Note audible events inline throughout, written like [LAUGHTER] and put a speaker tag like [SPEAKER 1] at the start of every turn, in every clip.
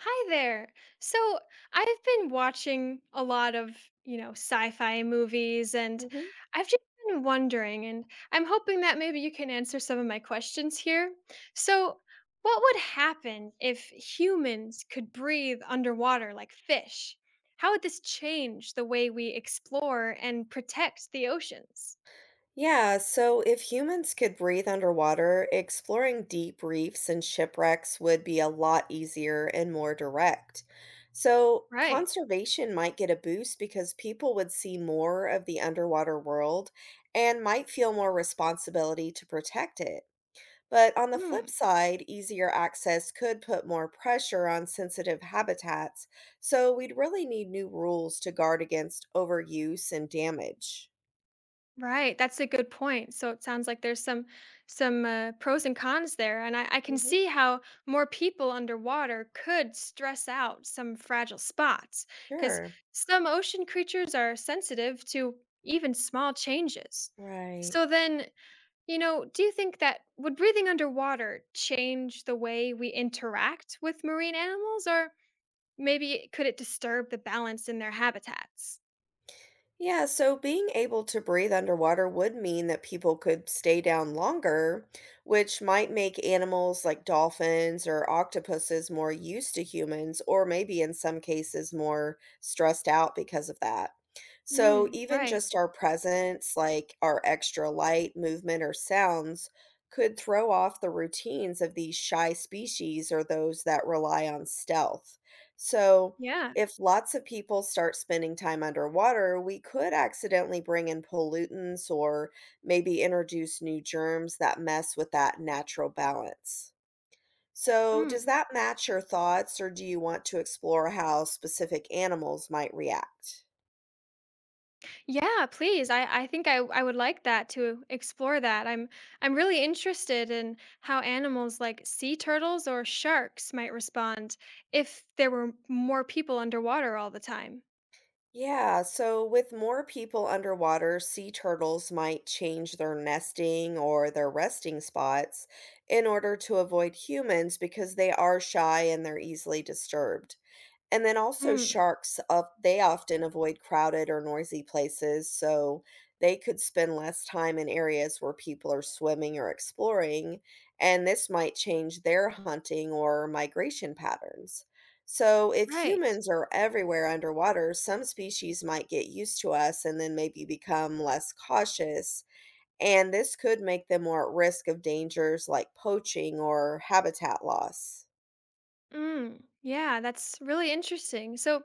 [SPEAKER 1] Hi there. So, I've been watching a lot of, you know, sci-fi movies and
[SPEAKER 2] Mhm.
[SPEAKER 1] I've just been wondering and I'm hoping that maybe you can answer some of my questions here. So, what would happen if humans could breathe underwater like fish? How would this change the way we explore and protect the oceans?
[SPEAKER 2] Yeah, so if humans could breathe underwater, exploring deep reefs and shipwrecks would be a lot easier and more direct. So,
[SPEAKER 1] Right.
[SPEAKER 2] conservation might get a boost because people would see more of the underwater world and might feel more responsibility to protect it. But on the flip
[SPEAKER 1] Hmm.
[SPEAKER 2] side, easier access could put more pressure on sensitive habitats, so we'd really need new rules to guard against overuse and damage.
[SPEAKER 1] Right, that's a good point. So it sounds like there's some pros and cons there, and I can
[SPEAKER 2] hmm
[SPEAKER 1] see how more people underwater could stress out some fragile spots because
[SPEAKER 2] Sure.
[SPEAKER 1] some ocean creatures are sensitive to even small changes.
[SPEAKER 2] Right.
[SPEAKER 1] So then, you know, do you think that would breathing underwater change the way we interact with marine animals, or maybe could it disturb the balance in their habitats?
[SPEAKER 2] Yeah, so being able to breathe underwater would mean that people could stay down longer, which might make animals like dolphins or octopuses more used to humans, or maybe in some cases more stressed out because of that. So
[SPEAKER 1] Mm,
[SPEAKER 2] even
[SPEAKER 1] right.
[SPEAKER 2] just our presence, like our extra light, movement, or sounds, could throw off the routines of these shy species or those that rely on stealth. So,
[SPEAKER 1] Yeah.
[SPEAKER 2] if lots of people start spending time underwater, we could accidentally bring in pollutants or maybe introduce new germs that mess with that natural balance. So, does
[SPEAKER 1] Mm.
[SPEAKER 2] that match your thoughts, or do you want to explore how specific animals might react?
[SPEAKER 1] Yeah, please. I think I would like that to explore that. I'm really interested in how animals like sea turtles or sharks might respond if there were more people underwater all the time.
[SPEAKER 2] Yeah, so with more people underwater, sea turtles might change their nesting or their resting spots in order to avoid humans because they are shy and they're easily disturbed. And then also
[SPEAKER 1] Mm,
[SPEAKER 2] sharks, they often avoid crowded or noisy places, so they could spend less time in areas where people are swimming or exploring, and this might change their hunting or migration patterns. So, if
[SPEAKER 1] right.
[SPEAKER 2] humans are everywhere underwater, some species might get used to us and then maybe become less cautious. And this could make them more at risk of dangers like poaching or habitat loss.
[SPEAKER 1] Mm, yeah, that's really interesting. So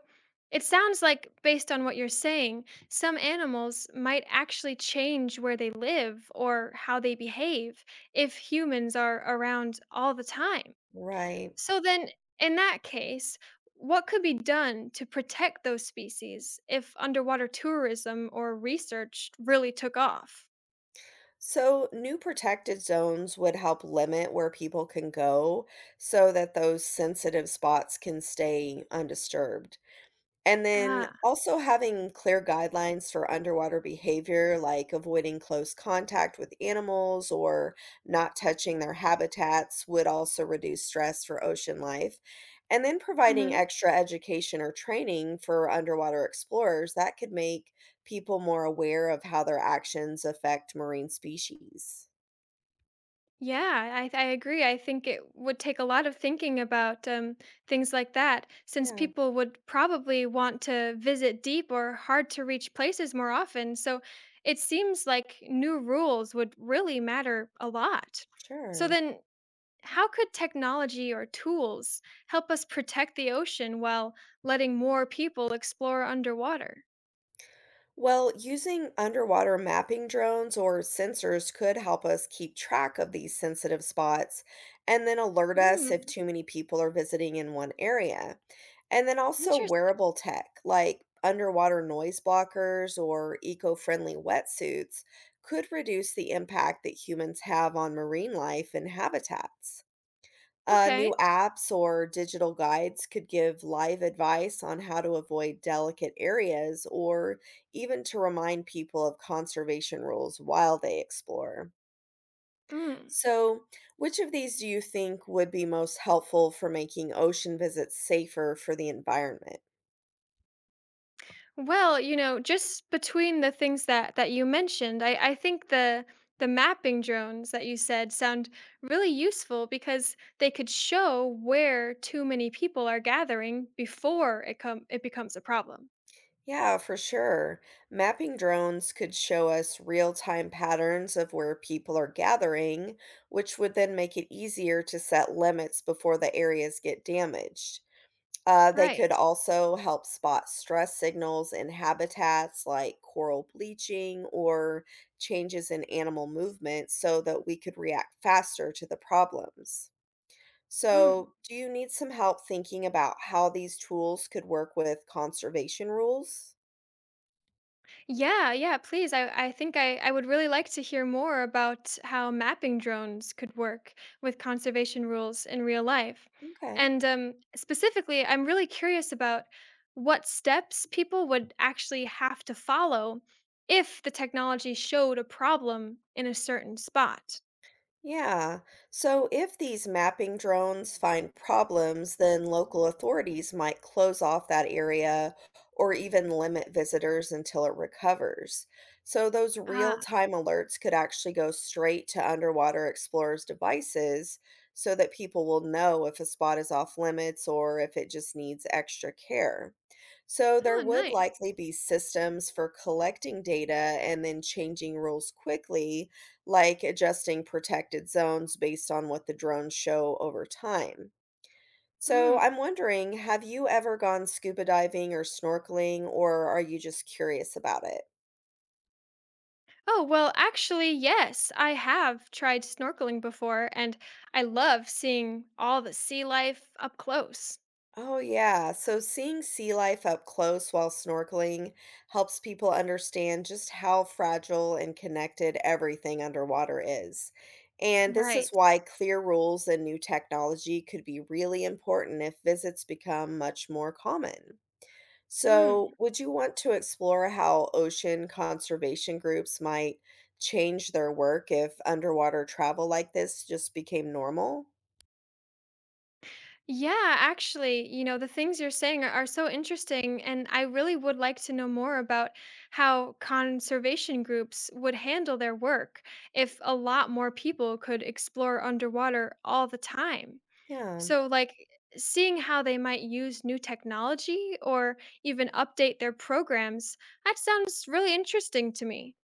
[SPEAKER 1] it sounds like based on what you're saying, some animals might actually change where they live or how they behave if humans are around all the time.
[SPEAKER 2] Right.
[SPEAKER 1] So then, in that case, what could be done to protect those species if underwater tourism or research really took off?
[SPEAKER 2] So, new protected zones would help limit where people can go so that those sensitive spots can stay undisturbed. And then
[SPEAKER 1] Ah,
[SPEAKER 2] also having clear guidelines for underwater behavior, like avoiding close contact with animals or not touching their habitats, would also reduce stress for ocean life. And then providing
[SPEAKER 1] hmm,
[SPEAKER 2] extra education or training for underwater explorers that could make people more aware of how their actions affect marine species.
[SPEAKER 1] yeah, I agree. I think it would take a lot of thinking about things like that, since
[SPEAKER 2] Yeah,
[SPEAKER 1] people would probably want to visit deep or hard to reach places more often. So it seems like new rules would really matter a lot.
[SPEAKER 2] sure.
[SPEAKER 1] So then, how could technology or tools help us protect the ocean while letting more people explore underwater?
[SPEAKER 2] Well, using underwater mapping drones or sensors could help us keep track of these sensitive spots and then alert us if
[SPEAKER 1] Mm,
[SPEAKER 2] too many people are visiting in one area. And then also
[SPEAKER 1] interesting.
[SPEAKER 2] wearable tech like underwater noise blockers or eco friendly wetsuits could reduce the impact that humans have on marine life and habitats. New
[SPEAKER 1] Okay.
[SPEAKER 2] apps or digital guides could give live advice on how to avoid delicate areas or even to remind people of conservation rules while they explore.
[SPEAKER 1] Mm.
[SPEAKER 2] So, which of these do you think would be most helpful for making ocean visits safer for the environment?
[SPEAKER 1] Well, you know, just between the things that you mentioned, I think the mapping drones that you said sound really useful because they could show where too many people are gathering before it becomes a problem.
[SPEAKER 2] Yeah, for sure. Mapping drones could show us real time patterns of where people are gathering, which would then make it easier to set limits before the areas get damaged. They could
[SPEAKER 1] Right.
[SPEAKER 2] also help spot stress signals in habitats like coral bleaching or changes in animal movement so that we could react faster to the problems.
[SPEAKER 1] Mm.
[SPEAKER 2] So, do you need some help thinking about how these tools could work with conservation rules?
[SPEAKER 1] Yeah, yeah, please. I think I would really like to hear more about how mapping drones could work with conservation rules in real life.
[SPEAKER 2] Okay.
[SPEAKER 1] And specifically, I'm really curious about what steps people would actually have to follow if the technology showed a problem in a certain spot.
[SPEAKER 2] Yeah. So if these mapping drones find problems, then local authorities might close off that area or even limit visitors until it recovers. So those
[SPEAKER 1] Ah,
[SPEAKER 2] real-time alerts could actually go straight to underwater explorers' devices so that people will know if a spot is off limits or if it just needs extra care. So there
[SPEAKER 1] oh,
[SPEAKER 2] would
[SPEAKER 1] nice.
[SPEAKER 2] likely be systems for collecting data and then changing rules quickly, like adjusting protected zones based on what the drones show over time. So
[SPEAKER 1] Mm.
[SPEAKER 2] I'm wondering, have you ever gone scuba diving or snorkeling, or are you just curious about it?
[SPEAKER 1] Oh, well, actually, yes, I have tried snorkeling before, and I love seeing all the sea life up close.
[SPEAKER 2] Oh, yeah. So seeing sea life up close while snorkeling helps people understand just how fragile and connected everything underwater is. And this is
[SPEAKER 1] Right.
[SPEAKER 2] why clear rules and new technology could be really important if visits become much more common. So,
[SPEAKER 1] Mm.
[SPEAKER 2] would you want to explore how ocean conservation groups might change their work if underwater travel like this just became normal?
[SPEAKER 1] Yeah, actually, you know, the things you're saying are so interesting. And I really would like to know more about how conservation groups would handle their work if a lot more people could explore underwater all the time.
[SPEAKER 2] Yeah.
[SPEAKER 1] So, like, seeing how they might use new technology or even update their programs, that sounds really interesting to me.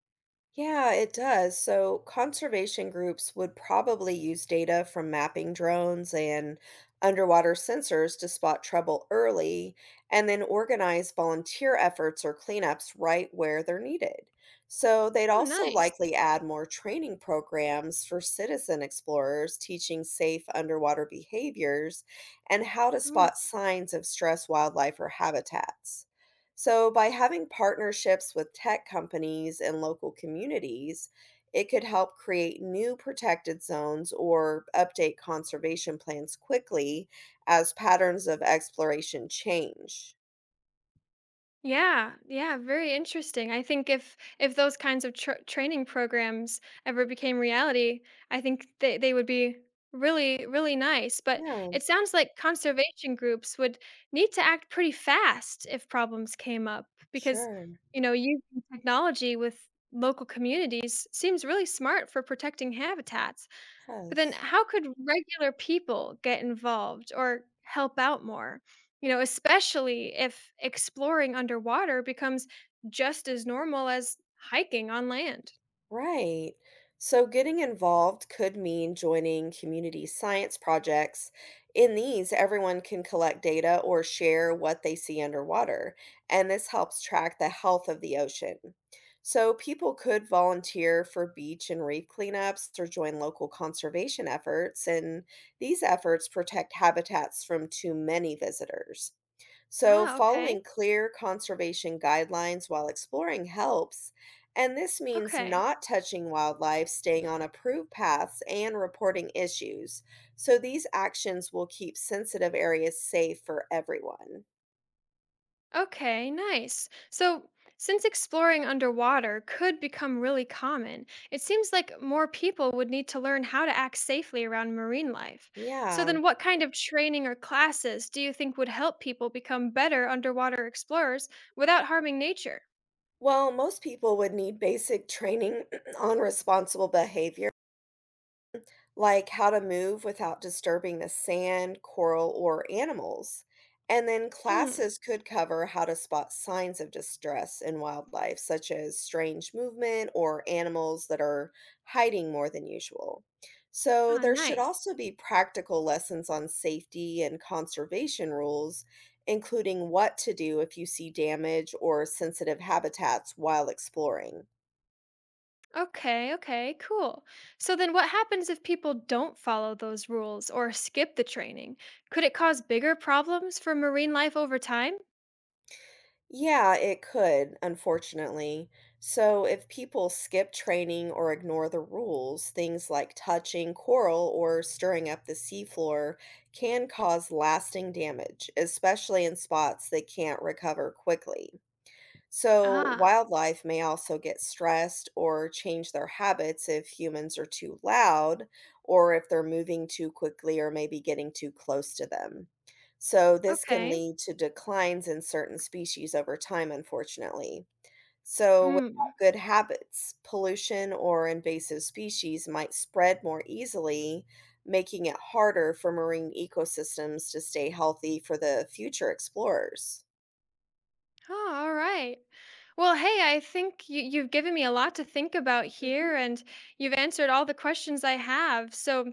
[SPEAKER 2] Yeah, it does. So, conservation groups would probably use data from mapping drones and underwater sensors to spot trouble early and then organize volunteer efforts or cleanups right where they're needed. So, they'd
[SPEAKER 1] Oh,
[SPEAKER 2] also
[SPEAKER 1] nice.
[SPEAKER 2] likely add more training programs for citizen explorers teaching safe underwater behaviors and how to
[SPEAKER 1] Mm.
[SPEAKER 2] spot signs of stressed wildlife or habitats. So, by having partnerships with tech companies and local communities, it could help create new protected zones or update conservation plans quickly as patterns of exploration change.
[SPEAKER 1] Yeah, yeah, very interesting. I think if those kinds of tr training programs ever became reality, I think they would be really, really nice. But
[SPEAKER 2] Yeah,
[SPEAKER 1] it sounds like conservation groups would need to act pretty fast if problems came up because,
[SPEAKER 2] sure.
[SPEAKER 1] you know, using technology with local communities seems really smart for protecting habitats. But then
[SPEAKER 2] Yes.
[SPEAKER 1] how could regular people get involved or help out more? You know, especially if exploring underwater becomes just as normal as hiking on land.
[SPEAKER 2] Right. So getting involved could mean joining community science projects. In these, everyone can collect data or share what they see underwater, and this helps track the health of the ocean. So people could volunteer for beach and reef cleanups or join local conservation efforts, and these efforts protect habitats from too many visitors. So,
[SPEAKER 1] Ah, okay.
[SPEAKER 2] following clear conservation guidelines while exploring helps, and this means
[SPEAKER 1] Okay.
[SPEAKER 2] not touching wildlife, staying on approved paths, and reporting issues. So, these actions will keep sensitive areas safe for everyone.
[SPEAKER 1] Okay, nice. So, since exploring underwater could become really common, it seems like more people would need to learn how to act safely around marine life. So,
[SPEAKER 2] Yeah.
[SPEAKER 1] then what kind of training or classes do you think would help people become better underwater explorers without harming nature?
[SPEAKER 2] Well, most people would need basic training [CLEARS THROAT] on responsible behavior, like how to move without disturbing the sand, coral, or animals. And then
[SPEAKER 1] Mm.
[SPEAKER 2] classes could cover how to spot signs of distress in wildlife, such as strange movement or animals that are hiding more than usual. So,
[SPEAKER 1] Ah,
[SPEAKER 2] there should
[SPEAKER 1] nice.
[SPEAKER 2] also be practical lessons on safety and conservation rules, including what to do if you see damage or sensitive habitats while exploring.
[SPEAKER 1] Okay, okay, cool. So, then what happens if people don't follow those rules or skip the training? Could it cause bigger problems for marine life over time?
[SPEAKER 2] Yeah, it could, unfortunately. So, if people skip training or ignore the rules, things like touching coral or stirring up the seafloor can cause lasting damage, especially in spots that can't recover quickly. So,
[SPEAKER 1] Ah,
[SPEAKER 2] wildlife may also get stressed or change their habits if humans are too loud or if they're moving too quickly or maybe getting too close to them. So, this can
[SPEAKER 1] okay.
[SPEAKER 2] lead to declines in certain species over time, unfortunately. So,
[SPEAKER 1] Mm.
[SPEAKER 2] without good habits, pollution or invasive species might spread more easily, making it harder for marine ecosystems to stay healthy for the future explorers.
[SPEAKER 1] Oh, all right. Well, hey, I think you've given me a lot to think about
[SPEAKER 2] Mhm.
[SPEAKER 1] here, and you've answered all the questions I have. So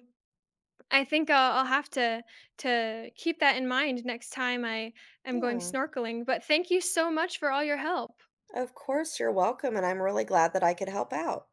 [SPEAKER 1] I think I'll have to keep that in mind next time I am going
[SPEAKER 2] Yeah.
[SPEAKER 1] snorkeling. But thank you so much for all your help.
[SPEAKER 2] Of course, you're welcome, and I'm really glad that I could help out.